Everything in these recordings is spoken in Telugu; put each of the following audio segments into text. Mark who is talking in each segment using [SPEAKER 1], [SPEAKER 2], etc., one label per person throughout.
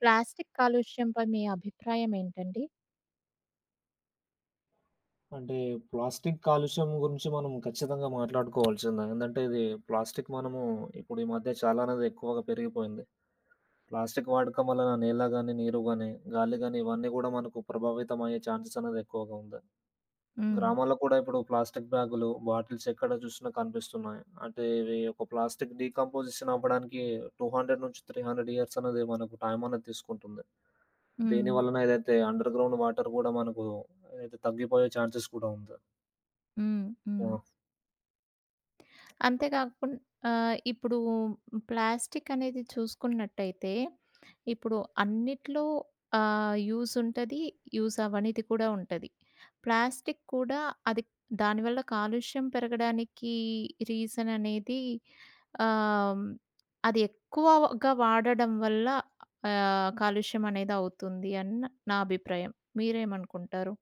[SPEAKER 1] ప్లాస్టిక్ కాలుష్యంపై మీ అభిప్రాయం ఏంటండి?
[SPEAKER 2] అంటే ప్లాస్టిక్ కాలుష్యం గురించి మనం ఖచ్చితంగా మాట్లాడుకోవాల్సిందే. ఏందంటే ఇది ప్లాస్టిక్ మనము ఇప్పుడు ఈ మధ్య చాలా అనేది ఎక్కువగా పెరిగిపోయింది. ప్లాస్టిక్ వాడకం వలన నేల గాని, నీరు గాని, గాలి గాని ఇవన్నీ గూడా మనకు ప్రభావితం అయ్యే ఛాన్సెస్ అనేది ఎక్కువగా ఉంది.
[SPEAKER 1] హ్మ్.
[SPEAKER 2] గ్రామాల్లో కూడా ఇప్పుడు ప్లాస్టిక్ బ్యాగులు, బాటిల్స్ ఎక్కడ చూసినా కనిపిస్తున్నాయి. అంటే ఇవి ఒక ప్లాస్టిక్ డీకంపోజిషన్ అవ్వడానికి 200-300 ఇయర్స్ అనేది మనకు టైం అనేది తీసుకుంటుంది. దీని
[SPEAKER 1] హ్మ్.
[SPEAKER 2] వలన ఏదైతే అండర్ గ్రౌండ్ వాటర్ గూడా మనకు ఏదైతే తగ్గిపోయే ఛాన్సెస్ కూడా ఉంది.
[SPEAKER 1] హ్మ్.
[SPEAKER 2] ఆ!
[SPEAKER 1] హ్మ్. అంతే కాకుం ఇప్పుడు ప్లాస్టిక్ అనేది చూసుకున్నట్టయితే, ఇప్పుడు అన్నిట్లో యూజ్ ఉంటది. యూజ్ అవ్వనిది కూడా ఉంటది. ప్లాస్టిక్ కూడా అది దాని వల్ల కాలుష్యం పెరగడానికి రీజన్ అనేది ఆహ్, అది ఎక్కువగా వాడడం వల్ల కాలుష్యం అనేది అవుతుంది అని నా అభిప్రాయం. మీరేమనుకుంటారు?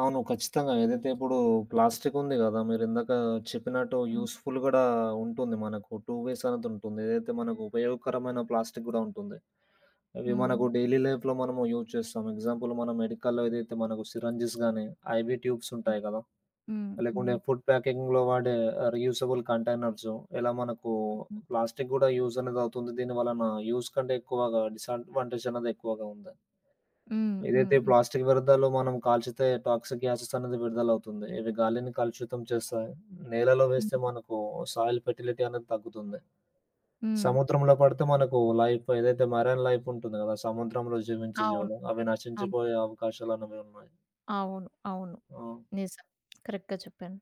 [SPEAKER 2] అవును. ఖచ్చితంగా. ఏదైతే ఇప్పుడు ప్లాస్టిక్ ఉంది గదా! మీరిందాక చెప్పినట్టు
[SPEAKER 1] హుహు.
[SPEAKER 2] యూజ్‌ఫుల్ గూడా ఉంటుంది మనకు. టూ వేస్ అనేది ఉంటుంది. ఏదైతే మనకు ఉపయోగకరమైన ప్లాస్టిక్ గూడా ఉంటుంది. అవి
[SPEAKER 1] హ్మ్.
[SPEAKER 2] మనకు డైలీ లైఫ్‌లో మనము యూజ్ చేస్తాం. ఎగ్జాంపుల్ మనం మెడికల్‌లో ఏదైతే మనకు సిరంజెస్ గానీ, ఐవీ ట్యూబ్స్
[SPEAKER 1] హ్మ్.
[SPEAKER 2] ఉంటాయి గదా!
[SPEAKER 1] హ్మ్.
[SPEAKER 2] లేకుంటే
[SPEAKER 1] హ్మ్.
[SPEAKER 2] ఫుడ్ ప్యాకింగ్‌లో వాడే రీయూజబుల్ కంటైనర్సు ఇలా మనకు
[SPEAKER 1] హ్మ్.
[SPEAKER 2] ప్లాస్టిక్ గూడా యూజ్ అనేది అవుతుంది. దీని వలన యూజ్ కంటే ఎక్కువగా డిసడ్వాంటేజ్ అనేది ఎక్కువగా ఉంది.
[SPEAKER 1] హ్మ్.
[SPEAKER 2] ఏదైతే
[SPEAKER 1] హ్మ్.
[SPEAKER 2] ప్లాస్టిక్ వ్యర్థాలు మనం కాల్చితే టాక్సిక్ గ్యాసెస్ అనేది విడుదలవుతుంది. ఇవి గాలిని కలుషితం చేస్తాయి. నేలలో వేస్తే
[SPEAKER 1] హ్మ్.
[SPEAKER 2] మనకు సాయిల్ ఫెర్టిలిటీ అనేది తగ్గుతుంది.
[SPEAKER 1] హ్మ్.
[SPEAKER 2] సముద్రంలో పడితే మనకు లైఫ్ ఏదైతే మెరైన్ లైఫ్ ఉంటుంది కదా! సముద్రంలో జీవించే
[SPEAKER 1] అవును.
[SPEAKER 2] జీవులు అవి
[SPEAKER 1] అవును.
[SPEAKER 2] నశించిపోయే అవకాశాలనేవి ఉన్నాయి.
[SPEAKER 1] అవును. అవును.
[SPEAKER 2] ఆ!
[SPEAKER 1] నిజం. కరెక్ట్‌గా చెప్పాను.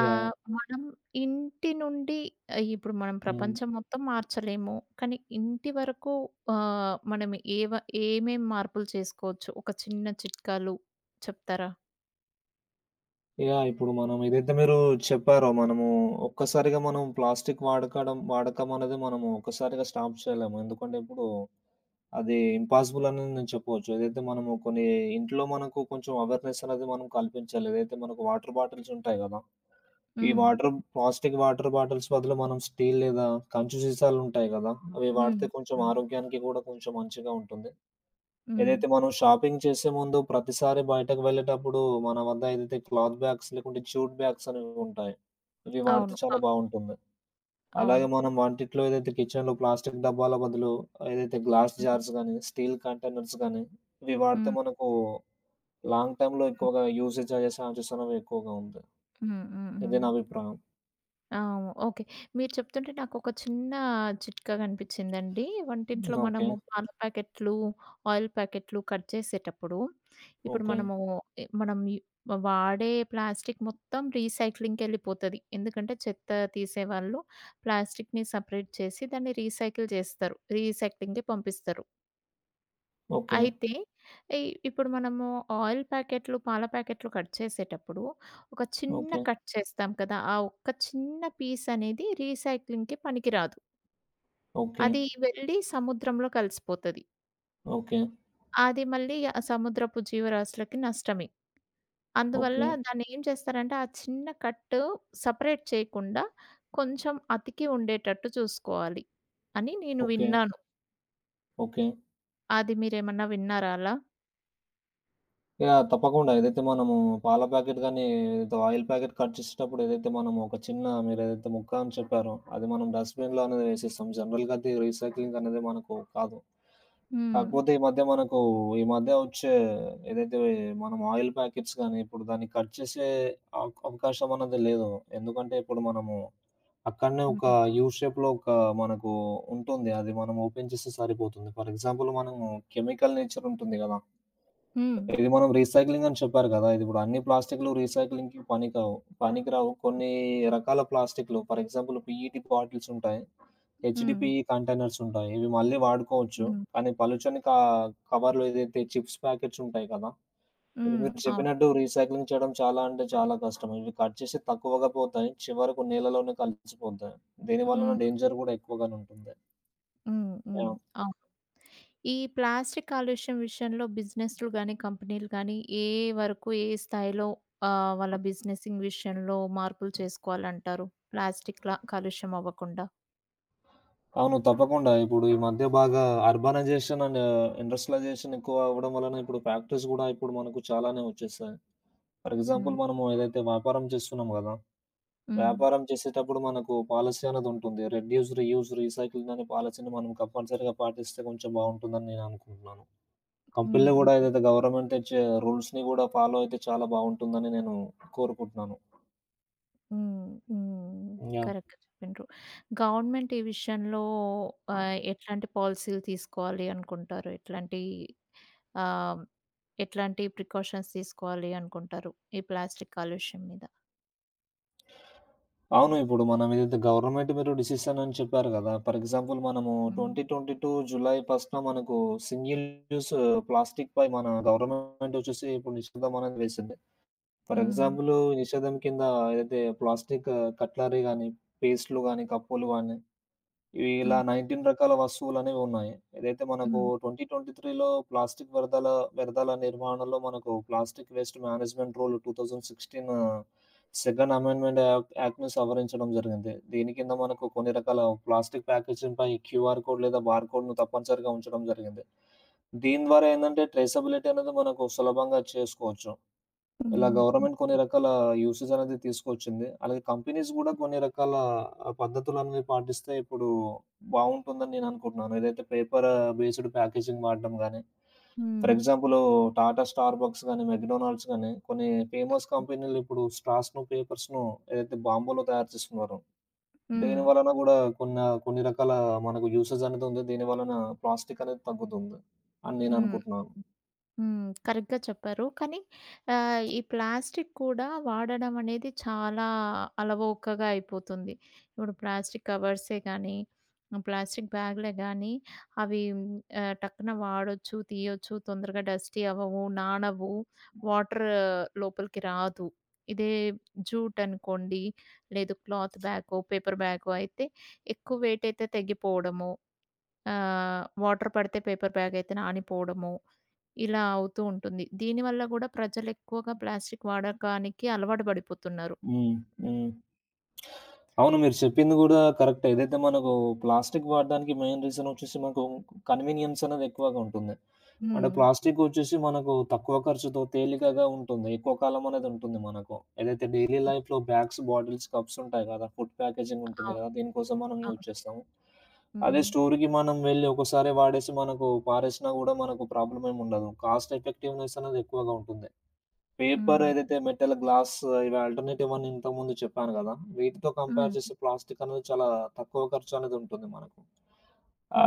[SPEAKER 2] యాహ్! యాహ్!
[SPEAKER 1] మనం ఇంటి నుండి ఇప్పుడు మనం
[SPEAKER 2] హ్మ్.
[SPEAKER 1] ప్రపంచం మొత్తం మార్చలేము. కానీ ఇంటి వరకు మనం ఏవ ఏమేం మార్పులు చేసుకోవచ్చు? ఒక చిన్న చిట్కాలు చెప్తారా?
[SPEAKER 2] యాహ్! ఇప్పుడు మనం ఏదైతే మీరు చెప్పారో మనము ఒక్కసారిగా మనం ప్లాస్టిక్ వాడకం అనేది మనము ఒక్కసారిగా స్టాప్ చేయలేము. ఎందుకంటే ఇప్పుడు అది ఇంపాసిబుల్ అని నేను చెప్పవచ్చు. ఏదైతే మనము కొన్ని ఇంట్లో మనకు కొంచెం అవేర్‌నెస్ అనేది మనం కల్పించాలి. ఏదైతే మనకు వాటర్ బాటిల్స్ ఉంటాయి గదా! ఈ
[SPEAKER 1] హ్మ్.
[SPEAKER 2] వాటర్ ప్లాస్టిక్ వాటర్ బాటిల్స్ బదులు మనం స్టీల్ లేదా కంచు సీసాలుంటాయి గదా! అవి
[SPEAKER 1] హ్మ్.
[SPEAKER 2] వాడితే కొంచెం
[SPEAKER 1] హ్మ్.
[SPEAKER 2] ఆరోగ్యానికి గూడా కొంచెం మంచిగా ఉంటుంది.
[SPEAKER 1] హ్మ్.
[SPEAKER 2] ఏదైతే మనం షాపింగ్ చేసే ముందు ప్రతిసారి బయటకు వెళ్ళేటప్పుడు మన వద్ద ఏదైతే క్లాత్ బ్యాగ్స్ లేకుంటే జ్యూట్ బ్యాగ్స్ అనేవి ఉంటాయి. ఇవి వాడితే
[SPEAKER 1] అవును.
[SPEAKER 2] చాలా
[SPEAKER 1] అవును.
[SPEAKER 2] బావుంటుంది. అలాగే
[SPEAKER 1] అవును.
[SPEAKER 2] మనం వంటింట్లో ఏదైతే కిచెన్‌లో ప్లాస్టిక్ డబ్బాల బదులు ఏదైతే గ్లాస్
[SPEAKER 1] హ్మ్.
[SPEAKER 2] జార్స్ గానీ, స్టీల్ కంటైనర్స్ గానీ, ఇవి వాడితే
[SPEAKER 1] హ్మ్.
[SPEAKER 2] మనకు లాంగ్ టైమ్‌లో
[SPEAKER 1] హ్మ్.
[SPEAKER 2] ఎక్కువగా యూసేజ్ అయ్యే ఛాన్సెస్ అనేవి ఎక్కువగా ఉంది.
[SPEAKER 1] హ్మ్. హ్మ్.
[SPEAKER 2] ఇది
[SPEAKER 1] హ్మ్.
[SPEAKER 2] నా అభిప్రాయం.
[SPEAKER 1] అవును. ఓకే. మీరు చెప్తుంటే నాకొక చిన్న చిట్కా కనిపించిందండి.
[SPEAKER 2] హ్మ్.
[SPEAKER 1] వంటింట్లో
[SPEAKER 2] ఓకే.
[SPEAKER 1] మనము పాల ప్యాకెట్లు, ఆయిల్ ప్యాకెట్లు కట్ చేసేటప్పుడు, ఇప్పుడు
[SPEAKER 2] ఓకే.
[SPEAKER 1] మనము ఎ మనం యు వాడే ప్లాస్టిక్ మొత్తం రీసైక్లింగ్‌కెళ్ళిపోతది. ఎందుకంటే చెత్త తీసేవాళ్ళు ప్లాస్టిక్‌ని సెపరేట్ చేసి దాన్ని రీసైకిల్ చేస్తారు. రీసైక్లింగ్‌కి పంపిస్తారు.
[SPEAKER 2] ఓకే.
[SPEAKER 1] అయితే ఇ ఇప్పుడు మనము ఆయిల్ ప్యాకెట్లు, పాల ప్యాకెట్లు కట్ చేసేటప్పుడు ఒక చిన్న
[SPEAKER 2] ఓకే.
[SPEAKER 1] కట్ చేస్తాం కదా! ఆ ఒక్క చిన్న పీస్ అనేది రీసైక్లింగ్‌కి పనికిరాదు.
[SPEAKER 2] ఓకే.
[SPEAKER 1] అది వెళ్లి సముద్రంలో కలిసిపోతది.
[SPEAKER 2] ఓకే.
[SPEAKER 1] అది మళ్ళీ ఆ సముద్రపు జీవరాశులకి నష్టమే. అందువల్ల
[SPEAKER 2] ఓకే.
[SPEAKER 1] దాన్ని ఏం చేస్తారంటే ఆ చిన్న కట్టు సెపరేట్ చేయకుండా కొంచెం అతికి ఉండేటట్టు చూసుకోవాలి అని నేను
[SPEAKER 2] ఓకే.
[SPEAKER 1] విన్నాను.
[SPEAKER 2] ఓకే.
[SPEAKER 1] అది మీరేమన్నా విన్నారా అలా?
[SPEAKER 2] యాహ్! తప్పకుండా ఏదైతే మనము పాల ప్యాకెట్ గానీ, ఏదైతే ఆయిల్ ప్యాకెట్ కట్ చేసేటప్పుడు ఏదైతే మనము ఒక చిన్న మీరేదైతే ముక్క అని చెప్పారో, అది మనం డస్ట్‌బిన్‌లో అనేది వేసేస్తాం. జనరల్‌గా అది రీసైక్లింగ్ అనేది మనకు కాదు.
[SPEAKER 1] హ్మ్.
[SPEAKER 2] కాకపోతే ఈ మధ్య మనకు ఈ మధ్య వచ్చే ఏదైతే మనం ఆయిల్ ప్యాకెట్స్ గానీ, ఇప్పుడు దాన్ని కట్ చేసే అవకాశం అన్నది లేదు. ఎందుకంటే ఇప్పుడు మనము అక్కడనే ఒక
[SPEAKER 1] హ్మ్.
[SPEAKER 2] యూ షేప్‌లో ఒక మనకు ఉంటుంది. అది మనం ఓపెన్ చేస్తే సరిపోతుంది. ఫర్ ఎగ్జాంపుల్ మనము కెమికల్ నేచర్ ఉంటుంది గదా!
[SPEAKER 1] హ్మ్.
[SPEAKER 2] ఇది మనం రీసైక్లింగ్ అని చెప్పారు కదా! ఇది ఇప్పుడు అన్ని ప్లాస్టిక్‌లు రీసైక్లింగ్‌కి పనికిరావు పనికిరావు. కొన్ని రకాల ప్లాస్టిక్‌లు ఫర్ ఎగ్జాంపుల్ పీఈటీ బాటిల్స్ ఉంటాయి.
[SPEAKER 1] హ్మ్.
[SPEAKER 2] హెచ్‌డిపి కంటైనర్స్ ఉంటాయి. ఇవి మళ్ళీ వాడుకోవచ్చు.
[SPEAKER 1] హ్మ్.
[SPEAKER 2] కానీ పలుచని కవర్‌లో ఏదైతే చిప్స్ ప్యాకెట్స్ ఉంటాయి కదా! ఇవి
[SPEAKER 1] హ్మ్.
[SPEAKER 2] మీరు
[SPEAKER 1] అవును.
[SPEAKER 2] చెప్పినట్టు రీసైక్లింగ్ చేయడం చాలా అంటే చాలా కష్టం. ఇవి కట్ చేసి తక్కువగా పోతాయి. చివరకు నేలలోనే కలిసిపోతాయి. దీనివలన
[SPEAKER 1] హ్మ్.
[SPEAKER 2] డేంజర్ గూడా ఎక్కువగానే ఉంటుంది.
[SPEAKER 1] హ్మ్. హ్మ్.
[SPEAKER 2] యాహ్!
[SPEAKER 1] అవును. ఈ ప్లాస్టిక్ కాలుష్యం విషయంలో బిజినెస్‌లు గాని, కంపెనీలు గాని ఏ వరకు ఏ స్థాయిలో వాళ్ళ బిజినెసింగ్ విషయంలో మార్పులు చేసుకోవాలంటారు? ప్లాస్టిక్‌ల కాలుష్యం అవ్వకుండా.
[SPEAKER 2] అవును. తప్పకుండా. ఇప్పుడు ఈ మధ్య బాగా అర్బనైజేషన్ అండ్ ఇండస్ట్రియలైజేషన్ ఎక్కువ అవ్వడం వలన ఇప్పుడు ఫ్యాక్టరీస్ గూడా ఇప్పుడు మనకు చాలానే వచ్చేసాయి. ఫర్ ఎగ్జాంపుల్
[SPEAKER 1] హ్మ్.
[SPEAKER 2] మనము ఏదైతే వ్యాపారం చేస్తున్నాం గదా!
[SPEAKER 1] హ్మ్.
[SPEAKER 2] వ్యాపారం చేసేటప్పుడు మనకు పాలసీ అనేదుంటుంది. రెడ్యూస్, రీయూజ్, రీసైకిల్ అనే పాలసీని మనం కంపల్సరీగా పాటిస్తే కొంచెం బావుంటుందని నేననుకుంటున్నాను.
[SPEAKER 1] హ్మ్.
[SPEAKER 2] కంపెనీలు గూడా
[SPEAKER 1] హ్మ్.
[SPEAKER 2] ఏదైతే గవర్నమెంట్ తెచ్చే రూల్స్‌ని గూడా ఫాలో అయితే చాలా బావుంటుందని నేను కోరుకుంటున్నాను.
[SPEAKER 1] హ్మ్. హ్మ్.
[SPEAKER 2] యాహ్!
[SPEAKER 1] కరెక్ట్‌గా చెప్పిండ్రు. గవర్నమెంట్ ఈ విషయంలో ఎట్లాంటి పాలిసీలు తీసుకోవాలి అనుకుంటారు? ఎట్లాంటి ఆహ్, ఎట్లాంటి ప్రికాషన్స్ తీసుకోవాలి అనుకుంటారు? ఈ ప్లాస్టిక్ కాలుష్యం మీద?
[SPEAKER 2] అవును. ఇప్పుడు మనం ఏదైతే గవర్నమెంట్ మీరు డిసిషన్ అని చెప్పారు గదా! ఫర్ ఎగ్జాంపుల్ మనము
[SPEAKER 1] హ్మ్.
[SPEAKER 2] 2022 జూలై 1న మనకు సింగిల్ యూజ్ ప్లాస్టిక్‌పై మన గవర్నమెంట్ వచ్చేసి ఇప్పుడు నిషేధం అనేది వేసింది. ఫర్
[SPEAKER 1] హ్మ్.
[SPEAKER 2] ఎగ్జాంపులు నిషేధం కింద ఏదైతే ప్లాస్టిక్ కట్లరీ గానీ, పేస్టులు గానీ, కప్పులు గానీ, ఇవి ఇలా
[SPEAKER 1] హ్మ్.
[SPEAKER 2] 19 రకాల వస్తువులనేవున్నాయి. ఏదైతే మనకు
[SPEAKER 1] హ్మ్.
[SPEAKER 2] 2023లో ప్లాస్టిక్ వ్యర్థాల వ్యర్థాల నిర్వహణలో మనకు plastic waste management rule 2016 second amendment యాక్ట్‌ని సవరించడం జరిగింది. దీని కింద మనకు కొన్ని రకాల ప్లాస్టిక్ ప్యాకేజింగ్‌పై క్యూఆర్ కోడ్ లేదా బార్‌కోడ్‌ను తప్పనిసరిగా ఉంచడం జరిగింది. దీని ద్వారా ఏందంటే ట్రేసబిలిటీ అనేది మనకు సులభంగా చేసుకోవచ్చు. ఇలా
[SPEAKER 1] హ్మ్. హ్మ్.
[SPEAKER 2] గవర్నమెంట్ కొన్ని రకాల యూసేజ్ అనేది తీసుకొచ్చింది. అలాగే కంపెనీస్ గూడా కొన్ని రకాల పద్ధతులనేవి పాటిస్తే ఇప్పుడు బావుంటుందని నేననుకుంటున్నాను. ఏదైతే పేపర్ బేస్డ్ ప్యాకేజింగ్ వాడడం గానీ,
[SPEAKER 1] హ్మ్.
[SPEAKER 2] ఫర్ ఎగ్జాంపుల్ టాటా, స్టార్‌బక్స్ గానీ, మెక్‌డొనాల్డ్స్ గానీ కొన్ని ఫేమస్ కంపెనీలు ఇప్పుడు స్ట్రాస్‌ను, పేపర్స్‌ను ఏదైతే బాంబులో తయారు చేస్తున్నారు. దీని
[SPEAKER 1] హ్మ్.
[SPEAKER 2] వలన గూడా కొన్ని రకాల మనకు యూసేజ్ అనేది ఉంది. దీని వలన ప్లాస్టిక్ అనేది తగ్గుతుంది అని
[SPEAKER 1] హ్మ్.
[SPEAKER 2] నేననుకుంటున్నాను.
[SPEAKER 1] హ్మ్. కరెక్ట్‌గా చెప్పారు. కానీ ఈ ప్లాస్టిక్ కూడా వాడడం అనేది చాలా అలవోకగా అయిపోతుంది. ఇప్పుడు ప్లాస్టిక్ కవర్సే గానీ, ప్లాస్టిక్ బ్యాగ్‌లే గానీ అవి టక్కున వాడొచ్చు, తీయొచ్చు, తొందరగా డస్టీ అవ్వవు, నానవు, వాటర్ లోపలికి రాదు. ఇదే జూట్ అనుకోండి, లేదు క్లాత్ బ్యాగో, పేపర్ బ్యాగో అయితే ఎక్కువ వెయిట్ అయితే తెగిపోవడము, వాటర్ పడితే పేపర్ బ్యాగ్ అయితే నానిపోవడము ఇలా అవుతూ ఉంటుంది. దీనివల్ల గూడా ప్రజలెక్కువగా ప్లాస్టిక్ వాడకానికి అలవాటు పడిపోతున్నారు.
[SPEAKER 2] హ్మ్. హ్మ్. అవును. మీరు చెప్పింది గూడా కరెక్టే. ఏదైతే మనకు ప్లాస్టిక్ వాడడానికి మెయిన్ రీజన్ వచ్చేసి మనకు కన్వీనియన్స్ అనేది ఎక్కువగా ఉంటుంది. అంటే
[SPEAKER 1] హ్మ్.
[SPEAKER 2] ప్లాస్టిక్ వచ్చేసి మనకు తక్కువ ఖర్చుతో తేలికగా ఉంటుంది. ఎక్కువ కాలం అనేది ఉంటుంది మనకు. ఏదైతే డైలీ
[SPEAKER 1] హ్మ్.
[SPEAKER 2] లైఫ్‌లో బ్యాగ్స్, బాటిల్స్, కప్స్ ఉంటాయి కదా! ఫుడ్ ప్యాకేజింగ్ ఉంటుంది
[SPEAKER 1] అవును.
[SPEAKER 2] కదా! దీనికోసం మనం
[SPEAKER 1] అవును.
[SPEAKER 2] యూజ్ చేస్తాము. అదే
[SPEAKER 1] హ్మ్.
[SPEAKER 2] స్టోర్‌కి మనం వెళ్లి ఒకసారి వాడేసి మనకు పారేసినా గూడా మనకు ప్రాబ్లమ్ ఏముండదు. కాస్ట్ ఎఫెక్టివ్‌నెస్ అనేది ఎక్కువగా ఉంటుంది. పేపర్
[SPEAKER 1] హ్మ్.
[SPEAKER 2] ఏదైతే మెటల్, గ్లాస్ ఇవి ఆల్టర్‌నేటివ్ అని ఇంతకుముందు చెప్పాను గదా! వీటితో కంపేర్
[SPEAKER 1] హ్మ్.
[SPEAKER 2] చేస్తే ప్లాస్టిక్ అనేది చాలా తక్కువ ఖర్చు అనేది ఉంటుంది మనకు.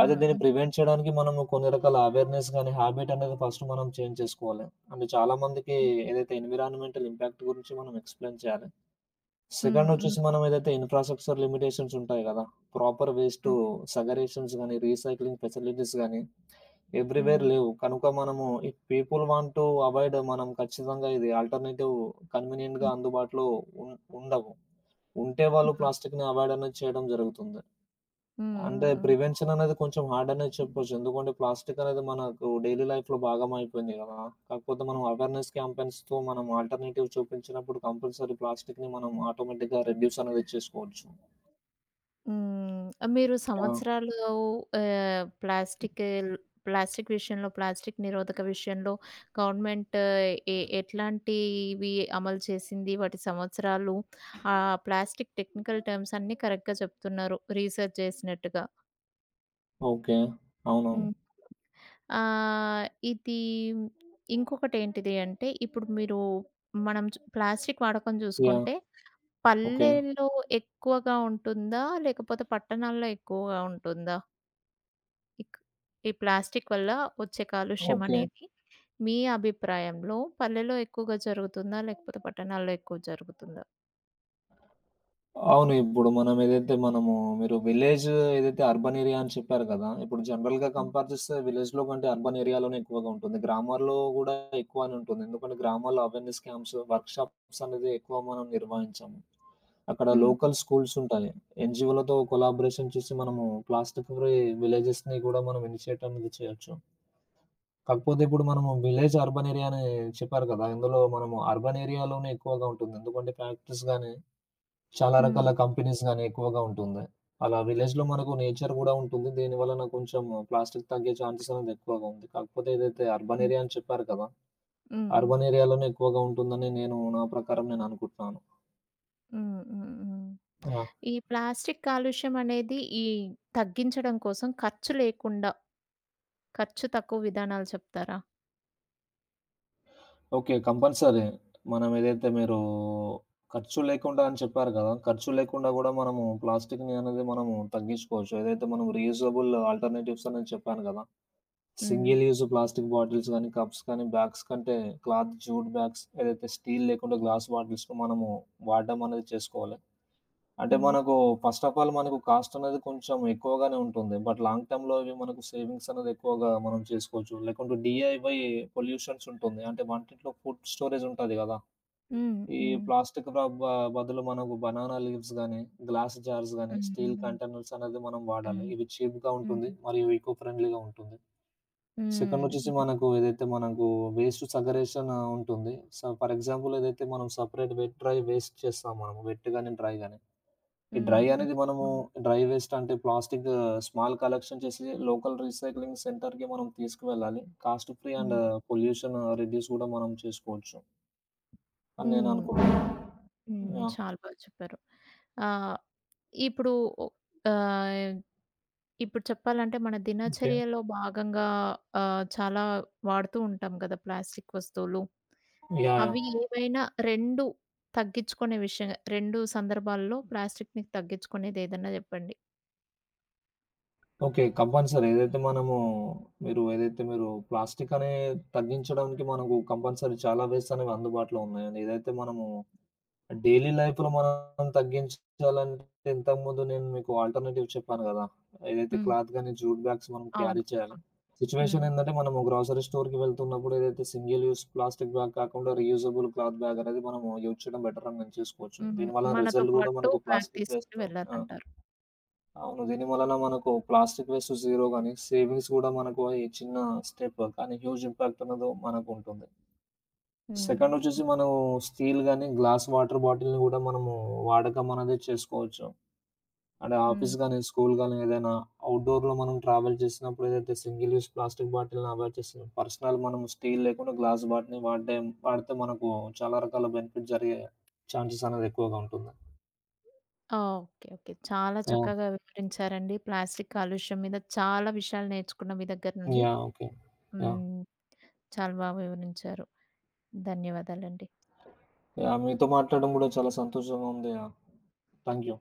[SPEAKER 2] అయితే దీన్ని ప్రివెంట్ చేయడానికి మనము కొన్ని రకాల అవేర్‌నెస్ గాని, హాబిట్ అనేది ఫస్ట్ మనం చేంజ్ చేసుకోవాలి. అంటే చాలా మందికి
[SPEAKER 1] హ్మ్.
[SPEAKER 2] ఏదైతే ఎన్విరాన్మెంటల్ ఇంపాక్ట్ గురించి మనం ఎక్స్‌ప్లెయిన్ చేయాలి.
[SPEAKER 1] హ్మ్. హ్మ్.
[SPEAKER 2] సెకండొచ్చేసి మనం ఏదైతే ఇన్‌ఫ్రాస్ట్రక్చర్ లిమిటేషన్స్ ఉంటాయి గదా! ప్రాపర్ వేస్టు
[SPEAKER 1] హ్మ్.
[SPEAKER 2] సగరేషన్స్ గానీ, రీసైక్లింగ్ ఫెసిలిటీస్ గానీ, ఎవ్రీ‌వేర్
[SPEAKER 1] హ్మ్.
[SPEAKER 2] లేవు. కనుక మనము if people want to avoid మనం ఖచ్చితంగా ఇది ఆల్టర్‌నేటివ్ కన్వీనియంట్‌గా
[SPEAKER 1] హ్మ్.
[SPEAKER 2] అందుబాటులో ఉన్ ఉండవు. ఉంటే వాళ్ళు
[SPEAKER 1] హ్మ్.
[SPEAKER 2] ప్లాస్టిక్‌ని అవాయిడ్ అనేది చేయడం జరుగుతుంది.
[SPEAKER 1] హ్మ్.
[SPEAKER 2] అంటే
[SPEAKER 1] హ్మ్.
[SPEAKER 2] ప్రివెన్షన్ అనేది కొంచెం హార్డ్ అనే చెప్పొచ్చు. ఎందుకంటే ప్లాస్టిక్ అనేది మనకు డైలీ లైఫ్‌లో భాగం అయిపోయింది గదా! కాకపోతే మనం అవేర్‌నెస్ క్యాంపెయిన్స్‌తో మనం ఆల్టర్‌నేటివ్ చూపించినప్పుడు కంపల్సరీ ప్లాస్టిక్‌ని మనం ఆటోమేటిక్‌గా రెడ్యూస్ అనేది చేసుకోవచ్చు.
[SPEAKER 1] హ్మ్. మీరు
[SPEAKER 2] యాహ్!
[SPEAKER 1] సంవత్సరాలు ప్లాస్టిక్ ప్లాస్టిక్ విషయంలో, ప్లాస్టిక్ నిరోధక విషయంలో గవర్నమెంట్ ఎట్లాంటివి అమలు చేసింది? వాటి సంవత్సరాలు, ఆ ప్లాస్టిక్ టెక్నికల్ టర్మ్స్ అన్నీ కరెక్ట్‌గా చెప్తున్నారు రీసెర్చ్ చేసినట్టుగా.
[SPEAKER 2] ఓకే. అవునవును.
[SPEAKER 1] హ్మ్. ఆహ్, ఇది ఇంకొకటేంటిది అంటే, ఇప్పుడు మీరు మనం ప్లాస్టిక్ వాడకం
[SPEAKER 2] యాహ్!
[SPEAKER 1] చూసుకుంటే,
[SPEAKER 2] ఓకే.
[SPEAKER 1] పల్లెల్లో ఎక్కువగా ఉంటుందా? లేకపోతే పట్టణాల్లో ఎక్కువగా ఉంటుందా? ఇక్ ఈ ప్లాస్టిక్ వల్ల వచ్చే కాలుష్యం
[SPEAKER 2] ఓకే.
[SPEAKER 1] అనేది మీ అభిప్రాయంలో పల్లెలో ఎక్కువగా జరుగుతుందా? లేకపోతే పట్టణాల్లో ఎక్కువ జరుగుతుందా?
[SPEAKER 2] అవును. ఇప్పుడు మనం ఏదైతే మనము మీరు విలేజ్ ఏదైతే అర్బన్ ఏరియా అని చెప్పారు కదా! ఇప్పుడు జనరల్‌గా
[SPEAKER 1] హ్మ్.
[SPEAKER 2] కంపేర్ చేస్తే విలేజ్‌లో కంటే అర్బన్ ఏరియాలోనే ఎక్కువగా ఉంటుంది. గ్రామాల్లో గూడా ఎక్కువనే ఉంటుంది. ఎందుకంటే గ్రామాల్లో అవేర్‌నెస్ క్యాంప్స్, వర్క్‌షాప్స్ అనేది ఎక్కువ మనం నిర్వహించాము. అక్కడ
[SPEAKER 1] హ్మ్.
[SPEAKER 2] లోకల్ స్కూల్స్ ఉంటాయి. ఎన్‌జీఓలతో కొలాబరేషన్ చేసి మనము ప్లాస్టిక్ ఫ్రీ విలేజెస్‌ని గూడా మనం ఇనిషియేట్ అనేది చేయొచ్చు. కాకపోతే ఇప్పుడు మనము విలేజ్ అర్బన్ ఏరియా అని చెప్పారు కదా! ఇందులో మనము అర్బన్ ఏరియాలోనే ఎక్కువగా ఉంటుంది. ఎందుకంటే ఫ్యాక్టరీస్ గాని చాలా
[SPEAKER 1] హ్మ్.
[SPEAKER 2] రకాల కంపెనీస్ గాని ఎక్కువగా ఉంటుంది. అలా విలేజ్‌లో మనకు నేచర్ గూడా ఉంటుంది. దీని వలన కొంచెం ప్లాస్టిక్ తగ్గే ఛాన్సెస్ అనేది ఎక్కువగా ఉంది. కాకపోతే ఏదైతే అర్బన్
[SPEAKER 1] హ్మ్.
[SPEAKER 2] ఏరియా అని చెప్పారు కదా!
[SPEAKER 1] హ్మ్.
[SPEAKER 2] అర్బన్ ఏరియాలోనే ఎక్కువగా ఉంటుందని నేను నా ప్రకారం నేను అనుకుంటున్నాను.
[SPEAKER 1] హ్మ్. హ్మ్. హ్మ్.
[SPEAKER 2] యాహ్!
[SPEAKER 1] ఈ ప్లాస్టిక్ కాలుష్యం అనేది ఈ తగ్గించడం కోసం ఖర్చు లేకుండా, ఖర్చు తక్కువ విధానాలు చెప్తారా?
[SPEAKER 2] ఓకే. కంపల్సరీ. మనం ఏదైతే మీరు ఖర్చు లేకుండా అని చెప్పారు కదా! ఖర్చు లేకుండా గూడా మనము ప్లాస్టిక్‌ని అనేది మనము తగ్గించుకోవచ్చు. ఏదైతే మనం రీయూజబుల్ ఆల్టర్‌నేటివ్స్ అని చెప్పాను కదా!
[SPEAKER 1] హ్మ్.
[SPEAKER 2] సింగిల్ యూజ్ ప్లాస్టిక్ బాటిల్స్ గానీ, కప్స్ కానీ, బ్యాగ్స్ కంటే క్లాత్ జూట్ బ్యాగ్స్ ఏదైతే స్టీల్ లేకుండా గ్లాస్ బాటిల్స్‌లో మనము వాడడం అనేది చేసుకోవాలి. అంటే
[SPEAKER 1] హ్మ్.
[SPEAKER 2] మనకు ఫస్ట్ ఆఫ్ ఆల్ మనకు కాస్ట్ అనేది కొంచెం ఎక్కువగానే ఉంటుంది. బట్ లాంగ్ టర్మ్‌లో ఇవి మనకు సేవింగ్స్ అనేది ఎక్కువగా మనం చేసుకోవచ్చు. లేకుంటే డీఐవై పొల్యూషన్స్ ఉంటుంది. అంటే వంటింట్లో ఫుడ్ స్టోరేజ్ ఉంటది కదా!
[SPEAKER 1] హ్మ్.
[SPEAKER 2] ఈ
[SPEAKER 1] హ్మ్.
[SPEAKER 2] ప్లాస్టిక్ ర బ బదులు మనకు బనానా లీవ్స్ గానీ, గ్లాస్ జార్స్ గానీ,
[SPEAKER 1] హ్మ్.
[SPEAKER 2] స్టీల్
[SPEAKER 1] హ్మ్.
[SPEAKER 2] కంటైనర్స్ అనేది మనం వాడాలి.
[SPEAKER 1] హ్మ్.
[SPEAKER 2] ఇవి చీప్‌గా ఉంటుంది.
[SPEAKER 1] హ్మ్.
[SPEAKER 2] మరియు ఈకో ఫ్రెండ్లీగా ఉంటుంది.
[SPEAKER 1] హ్మ్.
[SPEAKER 2] సెకండొచ్చేసి మనకు ఏదైతే మనకు వేస్ట్ సెగరేషన్ ఉంటుంది. సో, ఫర్ ఎగ్జాంపుల్ ఏదైతే మనం సెపరేట్ వెట్, డ్రై వేస్ట్ చేస్తాం మనము. వెట్ గాని, డ్రై గాని. ఈ
[SPEAKER 1] హ్మ్.
[SPEAKER 2] డ్రై
[SPEAKER 1] హ్మ్. హ్మ్.
[SPEAKER 2] అనేది మనము
[SPEAKER 1] హ్మ్.
[SPEAKER 2] డ్రై వేస్ట్ అంటే ప్లాస్టిక్ స్మాల్ కలెక్షన్ చేసి లోకల్ రీసైక్లింగ్ సెంటర్‌కి మనం తీసుకువెళ్ళాలి. Cost free and
[SPEAKER 1] hmm.
[SPEAKER 2] Pollution reduce గూడా మనం చేసుకోవచ్చు అని నేను
[SPEAKER 1] హ్మ్.
[SPEAKER 2] అనుకుంటున్నాను.
[SPEAKER 1] హ్మ్.
[SPEAKER 2] యాహ్!
[SPEAKER 1] చాలా బాగా చెప్పారు. ఆ! ఇప్పుడు ఆహ్, ఇప్పుడు చెప్పాలంటే మన
[SPEAKER 2] ఓకే.
[SPEAKER 1] దినచర్యలో భాగంగా చాలా వాడుతూ ఉంటాం కదా! ప్లాస్టిక్ వస్తువులు.
[SPEAKER 2] యాహ్! యాహ్!
[SPEAKER 1] అవి ఏవైనా 2 తగ్గించుకునే విషయం 2 సందర్భాల్లో ప్లాస్టిక్‌ని తగ్గించుకునేది ఏదన్నా చెప్పండి?
[SPEAKER 2] ఓకే. కంపల్సరీ. ఏదైతే మనము మీరు ప్లాస్టిక్ అనే తగ్గించడానికి మనకు కంపల్సరీ చాలా వేస్ అనేవి అందుబాటులో ఉన్నాయండి. ఏదైతే మనము డైలీ లైఫ్‌లో మనం తగ్గించాలంటే ఇంతకుముందు నేను మీకు ఆల్టర్‌నేటివ్ చెప్పాను గదా! ఏదైతే
[SPEAKER 1] హ్మ్.
[SPEAKER 2] క్లాత్ గాని, జూట్ బ్యాగ్స్ మనం
[SPEAKER 1] అవును.
[SPEAKER 2] క్యారీ చేయాలి. సిట్యుయేషన్
[SPEAKER 1] హ్మ్.
[SPEAKER 2] ఏందంటే మనము గ్రోసరీ స్టోర్‌కి వెళ్తున్నప్పుడు ఏదైతే సింగిల్ యూజ్ ప్లాస్టిక్ బ్యాగ్ కాకుండా రీయూజబుల్ క్లాత్ బ్యాగ్ అనేది మనము యూజ్ చేయడం బెటర్ అని నేను చేసుకోవచ్చు.
[SPEAKER 1] హ్మ్.
[SPEAKER 2] దీనివల్ల
[SPEAKER 1] మనతో
[SPEAKER 2] రిజల్ట్ గూడా
[SPEAKER 1] పాటు
[SPEAKER 2] మనకు
[SPEAKER 1] బ్యాగ్
[SPEAKER 2] ప్లాస్టిక్
[SPEAKER 1] తీసుకొని
[SPEAKER 2] వేస్ట్ ఆ!
[SPEAKER 1] వెళ్ళాలంటారు.
[SPEAKER 2] అవును. దీని వలన మనకు ప్లాస్టిక్ వేస్ట్ జీరో గాని, సేవింగ్స్ గూడా మనకు ఈ చిన్న స్టెప్ కానీ హ్యూజ్ ఇంపాక్ట్ అనేది మనకుంటుంది.
[SPEAKER 1] హ్మ్.
[SPEAKER 2] సెకండ్ వచ్చేసి మనం స్టీల్ గాని, గ్లాస్ వాటర్ బాటిల్‌ని గూడా మనము వాడకం అనేది చేసుకోవచ్చు. అంటే
[SPEAKER 1] హ్మ్.
[SPEAKER 2] ఆఫీస్ గాని, స్కూల్ గాని ఏదైనా అవుట్‌డోర్‌లో మనం ట్రావెల్ చేసినప్పుడు ఏదైతే సింగిల్ యూజ్ ప్లాస్టిక్ బాటిల్‌ని అవాయిడ్ చేస్తున్నాం. పర్సనల్ మనం స్టీల్ లేకుండా గ్లాస్ బాటిల్‌ని వాడితే మనకు చాలా రకాల బెనిఫిట్ జరిగే ఛాన్సెస్ అనేది ఎక్కువగా ఉంటుంది.
[SPEAKER 1] ఓకే. ఓకే. చాలా
[SPEAKER 2] యాహ్!
[SPEAKER 1] చక్కగా వివరించారండి. ప్లాస్టిక్ కాలుష్యం మీద చాలా విషయాలు నేర్చుకున్న మీ దగ్గర నుండి.
[SPEAKER 2] యాహ్! ఓకే. యాహ్!
[SPEAKER 1] హ్మ్. చాలా బాగా వివరించారు. ధన్యవాదాలండి.
[SPEAKER 2] యాహ్! మీతో మాట్లాడడం గూడా చాలా సంతోషంగా ఉంది. యాహ్! Thank you.